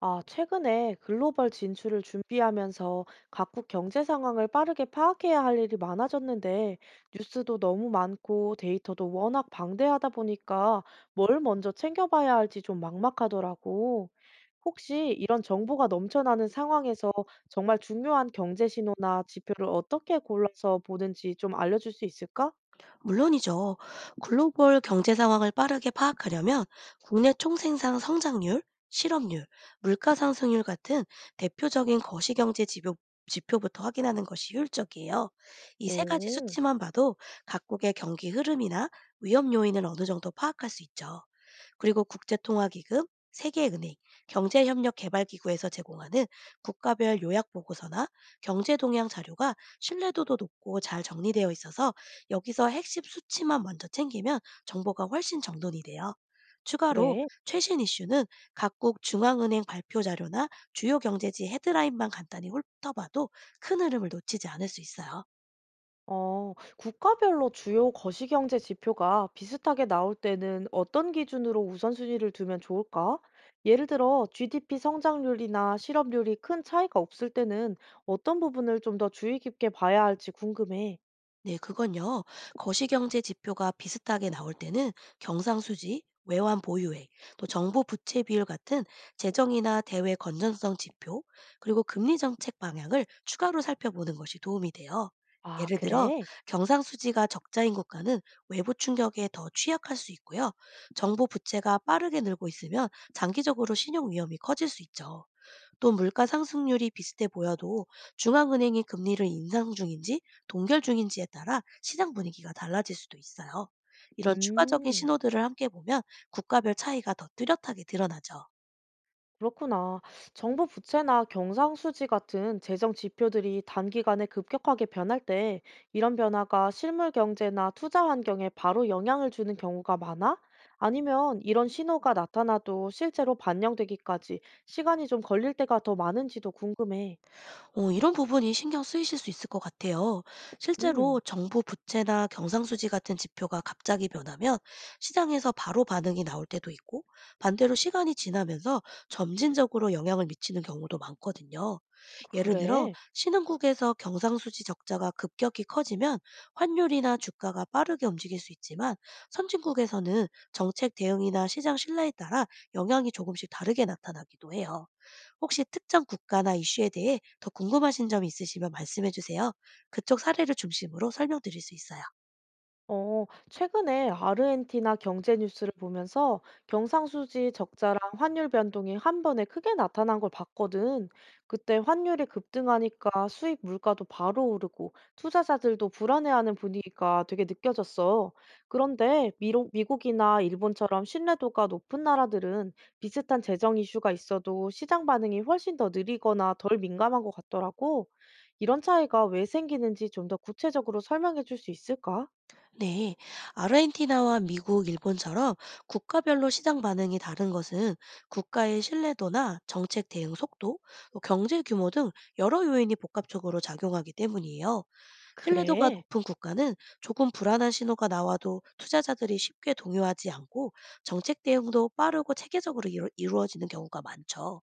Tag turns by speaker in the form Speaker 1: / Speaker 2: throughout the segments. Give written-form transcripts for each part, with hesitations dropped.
Speaker 1: 최근에 글로벌 진출을 준비하면서 각국 경제 상황을 빠르게 파악해야 할 일이 많아졌는데, 뉴스도 너무 많고 데이터도 워낙 방대하다 보니까 뭘 먼저 챙겨봐야 할지 좀 막막하더라고. 혹시 이런 정보가 넘쳐나는 상황에서 정말 중요한 경제 신호나 지표를 어떻게 골라서 보는지 좀 알려줄 수 있을까?
Speaker 2: 물론이죠. 글로벌 경제 상황을 빠르게 파악하려면 국내 총생산 성장률, 실업률, 물가 상승률 같은 대표적인 거시경제 지표, 부터 확인하는 것이 효율적이에요. 이 세 가지
Speaker 1: 오,
Speaker 2: 수치만 봐도 각국의 경기 흐름이나 위험 요인을 어느 정도 파악할 수 있죠. 그리고 국제통화기금, 세계은행, 경제협력개발기구에서 제공하는 국가별 요약 보고서나 경제 동향 자료가 신뢰도도 높고 잘 정리되어 있어서 여기서 핵심 수치만 먼저 챙기면 정보가 훨씬 정돈이 돼요. 추가로
Speaker 1: 그래.
Speaker 2: 최신 이슈는 각국 중앙은행 발표 자료나 주요 경제지 헤드라인만 간단히 훑어봐도 큰 흐름을 놓치지 않을 수 있어요.
Speaker 1: 국가별로 주요 거시경제 지표가 비슷하게 나올 때는 어떤 기준으로 우선순위를 두면 좋을까? 예를 들어 GDP 성장률이나 실업률이 큰 차이가 없을 때는 어떤 부분을 좀 더 주의 깊게 봐야 할지 궁금해.
Speaker 2: 네, 그건요. 거시경제 지표가 비슷하게 나올 때는 경상수지, 외환 보유액, 또 정부 부채 비율 같은 재정이나 대외 건전성 지표, 그리고 금리 정책 방향을 추가로 살펴보는 것이 도움이 돼요.
Speaker 1: 아,
Speaker 2: 예를 들어,
Speaker 1: 그래?
Speaker 2: 경상수지가 적자인 국가는 외부 충격에 더 취약할 수 있고요. 정부 부채가 빠르게 늘고 있으면 장기적으로 신용 위험이 커질 수 있죠. 또 물가 상승률이 비슷해 보여도 중앙은행이 금리를 인상 중인지 동결 중인지에 따라 시장 분위기가 달라질 수도 있어요. 이런 추가적인
Speaker 1: 음.
Speaker 2: 신호들을 함께 보면 국가별 차이가 더 뚜렷하게 드러나죠.
Speaker 1: 그렇구나. 정부 부채나 경상수지 같은 재정 지표들이 단기간에 급격하게 변할 때 이런 변화가 실물 경제나 투자 환경에 바로 영향을 주는 경우가 많아? 아니면 이런 신호가 나타나도 실제로 반영되기까지 시간이 좀 걸릴 때가 더 많은지도 궁금해.
Speaker 2: 이런 부분이 신경 쓰이실 수 있을 것 같아요.
Speaker 1: 음,
Speaker 2: 실제로 정부 부채나 경상수지 같은 지표가 갑자기 변하면 시장에서 바로 반응이 나올 때도 있고, 반대로 시간이 지나면서 점진적으로 영향을 미치는 경우도 많거든요. 예를 들어,
Speaker 1: 그래.
Speaker 2: 신흥국에서 경상수지 적자가 급격히 커지면 환율이나 주가가 빠르게 움직일 수 있지만, 선진국에서는 정책 대응이나 시장 신뢰에 따라 영향이 조금씩 다르게 나타나기도 해요. 혹시 특정 국가나 이슈에 대해 더 궁금하신 점이 있으시면 말씀해 주세요. 그쪽 사례를 중심으로 설명드릴 수 있어요.
Speaker 1: 최근에 아르헨티나 경제 뉴스를 보면서 경상수지 적자랑 환율 변동이 한 번에 크게 나타난 걸 봤거든. 그때 환율이 급등하니까 수입 물가도 바로 오르고 투자자들도 불안해하는 분위기가 되게 느껴졌어. 그런데 미국이나 일본처럼 신뢰도가 높은 나라들은 비슷한 재정 이슈가 있어도 시장 반응이 훨씬 더 느리거나 덜 민감한 것 같더라고. 이런 차이가 왜 생기는지 좀 더 구체적으로 설명해 줄 수 있을까?
Speaker 2: 네. 아르헨티나와 미국, 일본처럼 국가별로 시장 반응이 다른 것은 국가의 신뢰도나 정책 대응 속도, 또 경제 규모 등 여러 요인이 복합적으로 작용하기 때문이에요. 신뢰도가
Speaker 1: 그래?
Speaker 2: 높은 국가는 조금 불안한 신호가 나와도 투자자들이 쉽게 동요하지 않고, 정책 대응도 빠르고 체계적으로 이루어지는 경우가 많죠.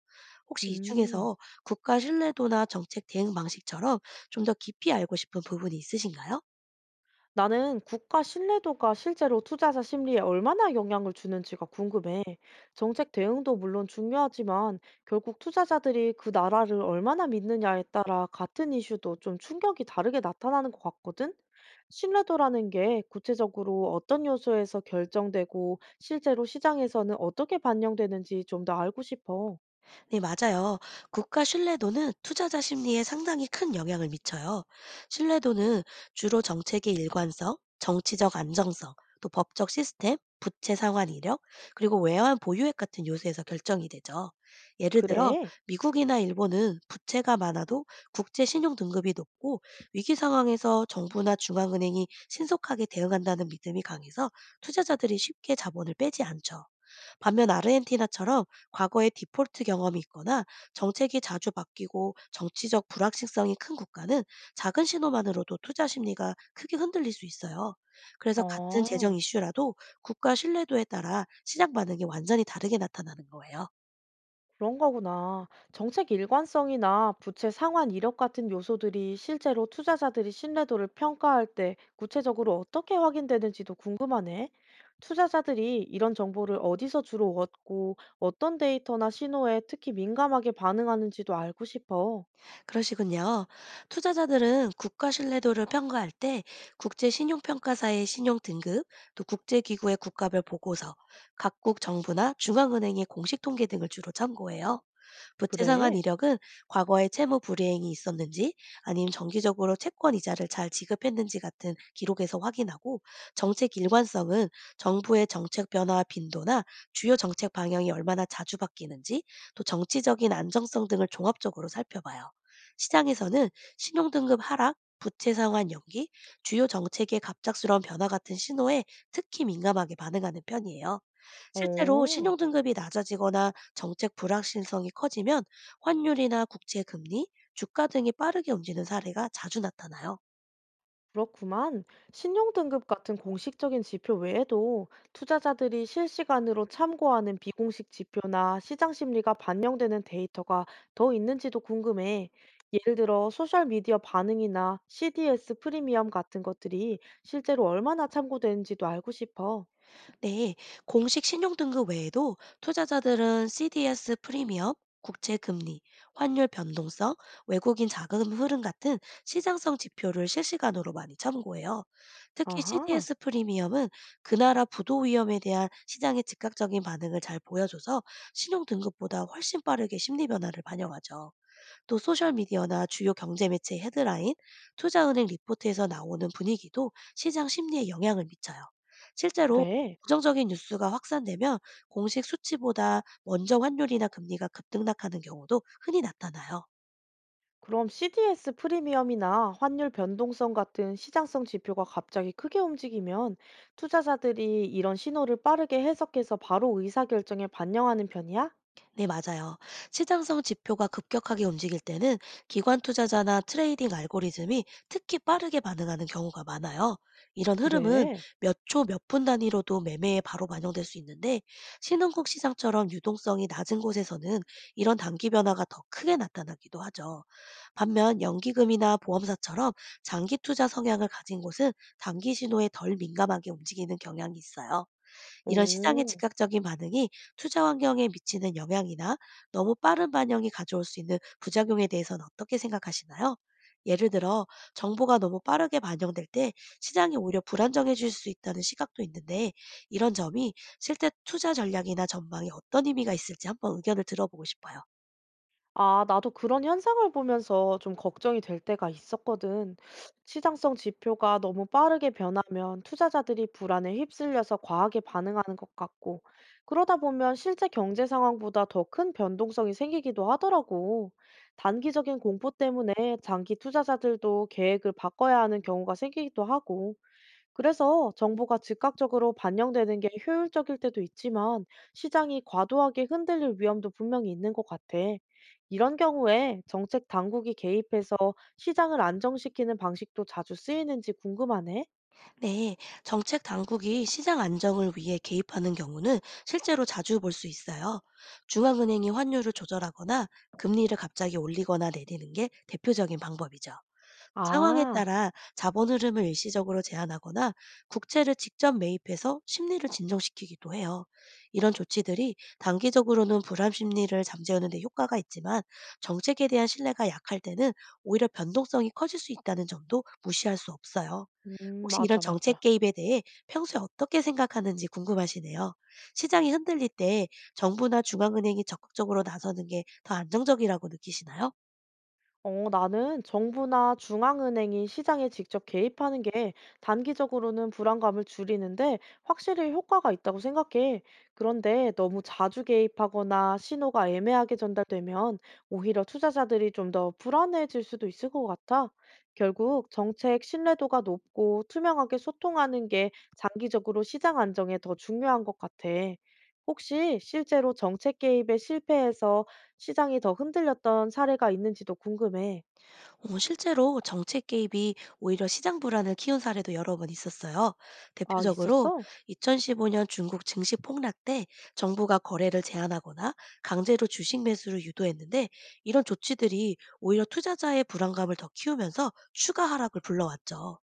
Speaker 2: 혹시 이
Speaker 1: 음.
Speaker 2: 중에서 국가 신뢰도나 정책 대응 방식처럼 좀 더 깊이 알고 싶은 부분이 있으신가요?
Speaker 1: 나는 국가 신뢰도가 실제로 투자자 심리에 얼마나 영향을 주는지가 궁금해. 정책 대응도 물론 중요하지만 결국 투자자들이 그 나라를 얼마나 믿느냐에 따라 같은 이슈도 좀 충격이 다르게 나타나는 것 같거든? 신뢰도라는 게 구체적으로 어떤 요소에서 결정되고 실제로 시장에서는 어떻게 반영되는지 좀 더 알고 싶어.
Speaker 2: 네, 맞아요. 국가 신뢰도는 투자자 심리에 상당히 큰 영향을 미쳐요. 신뢰도는 주로 정책의 일관성, 정치적 안정성, 또 법적 시스템, 부채 상환 이력, 그리고 외환 보유액 같은 요소에서 결정이 되죠. 예를 들어,
Speaker 1: 그래?
Speaker 2: 미국이나 일본은 부채가 많아도 국제 신용 등급이 높고 위기 상황에서 정부나 중앙은행이 신속하게 대응한다는 믿음이 강해서 투자자들이 쉽게 자본을 빼지 않죠. 반면 아르헨티나처럼 과거의 디폴트 경험이 있거나 정책이 자주 바뀌고 정치적 불확실성이 큰 국가는 작은 신호만으로도 투자 심리가 크게 흔들릴 수 있어요. 그래서 같은 재정
Speaker 1: 아.
Speaker 2: 이슈라도 국가 신뢰도에 따라 시장 반응이 완전히 다르게 나타나는 거예요.
Speaker 1: 그런 거구나. 정책 일관성이나 부채 상환 이력 같은 요소들이 실제로 투자자들이 신뢰도를 평가할 때 구체적으로 어떻게 확인되는지도 궁금하네. 투자자들이 이런 정보를 어디서 주로 얻고 어떤 데이터나 신호에 특히 민감하게 반응하는지도 알고 싶어.
Speaker 2: 그러시군요. 투자자들은 국가 신뢰도를 평가할 때 국제 신용평가사의 신용 등급, 또 국제기구의 국가별 보고서, 각국 정부나 중앙은행의 공식 통계 등을 주로 참고해요. 부채 상환
Speaker 1: 그래?
Speaker 2: 이력은 과거에 채무 불이행이 있었는지 아니면 정기적으로 채권 이자를 잘 지급했는지 같은 기록에서 확인하고, 정책 일관성은 정부의 정책 변화 빈도나 주요 정책 방향이 얼마나 자주 바뀌는지, 또 정치적인 안정성 등을 종합적으로 살펴봐요. 시장에서는 신용등급 하락, 부채 상환 연기, 주요 정책의 갑작스러운 변화 같은 신호에 특히 민감하게 반응하는 편이에요. 실제로
Speaker 1: 어.
Speaker 2: 신용등급이 낮아지거나 정책 불확실성이 커지면 환율이나 국채 금리, 주가 등이 빠르게 움직이는 사례가 자주 나타나요.
Speaker 1: 그렇구만. 신용등급 같은 공식적인 지표 외에도 투자자들이 실시간으로 참고하는 비공식 지표나 시장 심리가 반영되는 데이터가 더 있는지도 궁금해. 예를 들어 소셜미디어 반응이나 CDS 프리미엄 같은 것들이 실제로 얼마나 참고되는지도 알고 싶어.
Speaker 2: 네, 공식 신용 등급 외에도 투자자들은 CDS 프리미엄, 국채 금리, 환율 변동성, 외국인 자금 흐름 같은 시장성 지표를 실시간으로 많이 참고해요. 특히
Speaker 1: 아하,
Speaker 2: CDS 프리미엄은 그 나라 부도 위험에 대한 시장의 즉각적인 반응을 잘 보여줘서 신용 등급보다 훨씬 빠르게 심리 변화를 반영하죠. 또 소셜미디어나 주요 경제매체 헤드라인, 투자은행 리포트에서 나오는 분위기도 시장 심리에 영향을 미쳐요. 실제로
Speaker 1: 그래.
Speaker 2: 부정적인 뉴스가 확산되면 공식 수치보다 먼저 환율이나 금리가 급등락하는 경우도 흔히 나타나요.
Speaker 1: 그럼 CDS 프리미엄이나 환율 변동성 같은 시장성 지표가 갑자기 크게 움직이면 투자자들이 이런 신호를 빠르게 해석해서 바로 의사결정에 반영하는 편이야?
Speaker 2: 네, 맞아요. 시장성 지표가 급격하게 움직일 때는 기관 투자자나 트레이딩 알고리즘이 특히 빠르게 반응하는 경우가 많아요. 이런 흐름은
Speaker 1: 그래.
Speaker 2: 몇 초, 몇 분 단위로도 매매에 바로 반영될 수 있는데, 신흥국 시장처럼 유동성이 낮은 곳에서는 이런 단기 변화가 더 크게 나타나기도 하죠. 반면 연기금이나 보험사처럼 장기 투자 성향을 가진 곳은 단기 신호에 덜 민감하게 움직이는 경향이 있어요. 이런 시장의
Speaker 1: 오.
Speaker 2: 즉각적인 반응이 투자 환경에 미치는 영향이나 너무 빠른 반영이 가져올 수 있는 부작용에 대해서는 어떻게 생각하시나요? 예를 들어, 정보가 너무 빠르게 반영될 때 시장이 오히려 불안정해질 수 있다는 시각도 있는데, 이런 점이 실제 투자 전략이나 전망에 어떤 의미가 있을지 한번 의견을 들어보고 싶어요.
Speaker 1: 나도 그런 현상을 보면서 좀 걱정이 될 때가 있었거든. 시장성 지표가 너무 빠르게 변하면 투자자들이 불안에 휩쓸려서 과하게 반응하는 것 같고, 그러다 보면 실제 경제 상황보다 더 큰 변동성이 생기기도 하더라고. 단기적인 공포 때문에 장기 투자자들도 계획을 바꿔야 하는 경우가 생기기도 하고. 그래서 정보가 즉각적으로 반영되는 게 효율적일 때도 있지만 시장이 과도하게 흔들릴 위험도 분명히 있는 것 같아. 이런 경우에 정책 당국이 개입해서 시장을 안정시키는 방식도 자주 쓰이는지 궁금하네.
Speaker 2: 네, 정책 당국이 시장 안정을 위해 개입하는 경우는 실제로 자주 볼 수 있어요. 중앙은행이 환율을 조절하거나 금리를 갑자기 올리거나 내리는 게 대표적인 방법이죠. 상황에
Speaker 1: 아,
Speaker 2: 따라 자본 흐름을 일시적으로 제한하거나 국채를 직접 매입해서 심리를 진정시키기도 해요. 이런 조치들이 단기적으로는 불안 심리를 잠재우는 데 효과가 있지만, 정책에 대한 신뢰가 약할 때는 오히려 변동성이 커질 수 있다는 점도 무시할 수 없어요. 혹시 이런
Speaker 1: 맞아,
Speaker 2: 정책
Speaker 1: 맞아.
Speaker 2: 개입에 대해 평소에 어떻게 생각하는지 궁금하시네요. 시장이 흔들릴 때 정부나 중앙은행이 적극적으로 나서는 게 더 안정적이라고 느끼시나요?
Speaker 1: 나는 정부나 중앙은행이 시장에 직접 개입하는 게 단기적으로는 불안감을 줄이는데 확실히 효과가 있다고 생각해. 그런데 너무 자주 개입하거나 신호가 애매하게 전달되면 오히려 투자자들이 좀 더 불안해질 수도 있을 것 같아. 결국 정책 신뢰도가 높고 투명하게 소통하는 게 장기적으로 시장 안정에 더 중요한 것 같아. 혹시 실제로 정책 개입에 실패해서 시장이 더 흔들렸던 사례가 있는지도 궁금해.
Speaker 2: 실제로 정책 개입이 오히려 시장 불안을 키운 사례도 여러 번 있었어요.
Speaker 1: 아,
Speaker 2: 대표적으로
Speaker 1: 있었어?
Speaker 2: 2015년 중국 증시 폭락 때 정부가 거래를 제한하거나 강제로 주식 매수를 유도했는데, 이런 조치들이 오히려 투자자의 불안감을 더 키우면서 추가 하락을 불러왔죠.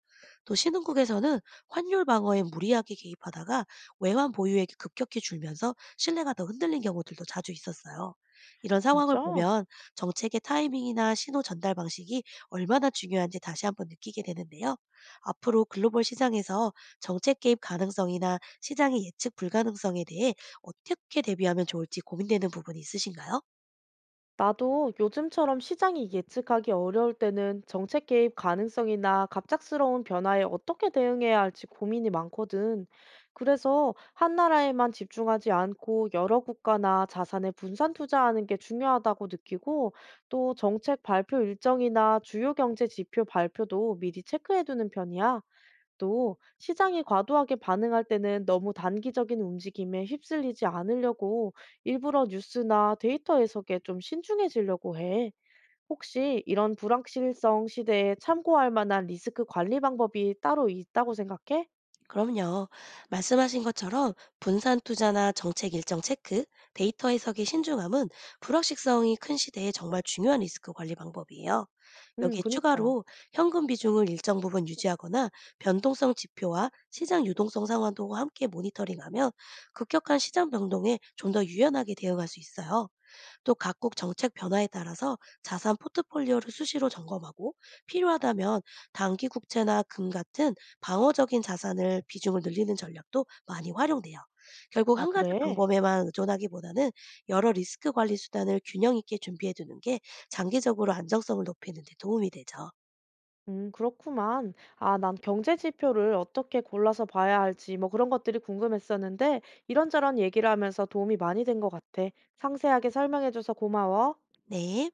Speaker 2: 또 신흥국에서는 환율 방어에 무리하게 개입하다가 외환 보유액이 급격히 줄면서 신뢰가 더 흔들린 경우들도 자주 있었어요. 이런 상황을
Speaker 1: 진짜?
Speaker 2: 보면 정책의 타이밍이나 신호 전달 방식이 얼마나 중요한지 다시 한번 느끼게 되는데요. 앞으로 글로벌 시장에서 정책 개입 가능성이나 시장의 예측 불가능성에 대해 어떻게 대비하면 좋을지 고민되는 부분이 있으신가요?
Speaker 1: 나도 요즘처럼 시장이 예측하기 어려울 때는 정책 개입 가능성이나 갑작스러운 변화에 어떻게 대응해야 할지 고민이 많거든. 그래서 한 나라에만 집중하지 않고 여러 국가나 자산에 분산 투자하는 게 중요하다고 느끼고 또 정책 발표 일정이나 주요 경제 지표 발표도 미리 체크해 두는 편이야. 또 시장이 과도하게 반응할 때는 너무 단기적인 움직임에 휩쓸리지 않으려고 일부러 뉴스나 데이터 해석에 좀 신중해지려고 해. 혹시 이런 불확실성 시대에 참고할 만한 리스크 관리 방법이 따로 있다고 생각해?
Speaker 2: 그럼요. 말씀하신 것처럼 분산 투자나 정책 일정 체크, 데이터 해석의 신중함은 불확실성이 큰 시대에 정말 중요한 리스크 관리 방법이에요. 여기에
Speaker 1: 그니까.
Speaker 2: 추가로 현금 비중을 일정 부분 유지하거나 변동성 지표와 시장 유동성 상황도 함께 모니터링하면 급격한 시장 변동에 좀 더 유연하게 대응할 수 있어요. 또 각국 정책 변화에 따라서 자산 포트폴리오를 수시로 점검하고, 필요하다면 단기 국채나 금 같은 방어적인 자산을 비중을 늘리는 전략도 많이 활용돼요. 결국
Speaker 1: 아,
Speaker 2: 한 가지
Speaker 1: 그래?
Speaker 2: 방법에만 의존하기보다는 여러 리스크 관리 수단을 균형 있게 준비해 두는 게 장기적으로 안정성을 높이는 데 도움이 되죠.
Speaker 1: 그렇구만. 아, 난 경제 지표를 어떻게 골라서 봐야 할지 뭐 그런 것들이 궁금했었는데 이런저런 얘기를 하면서 도움이 많이 된 것 같아. 상세하게 설명해줘서 고마워.
Speaker 2: 네.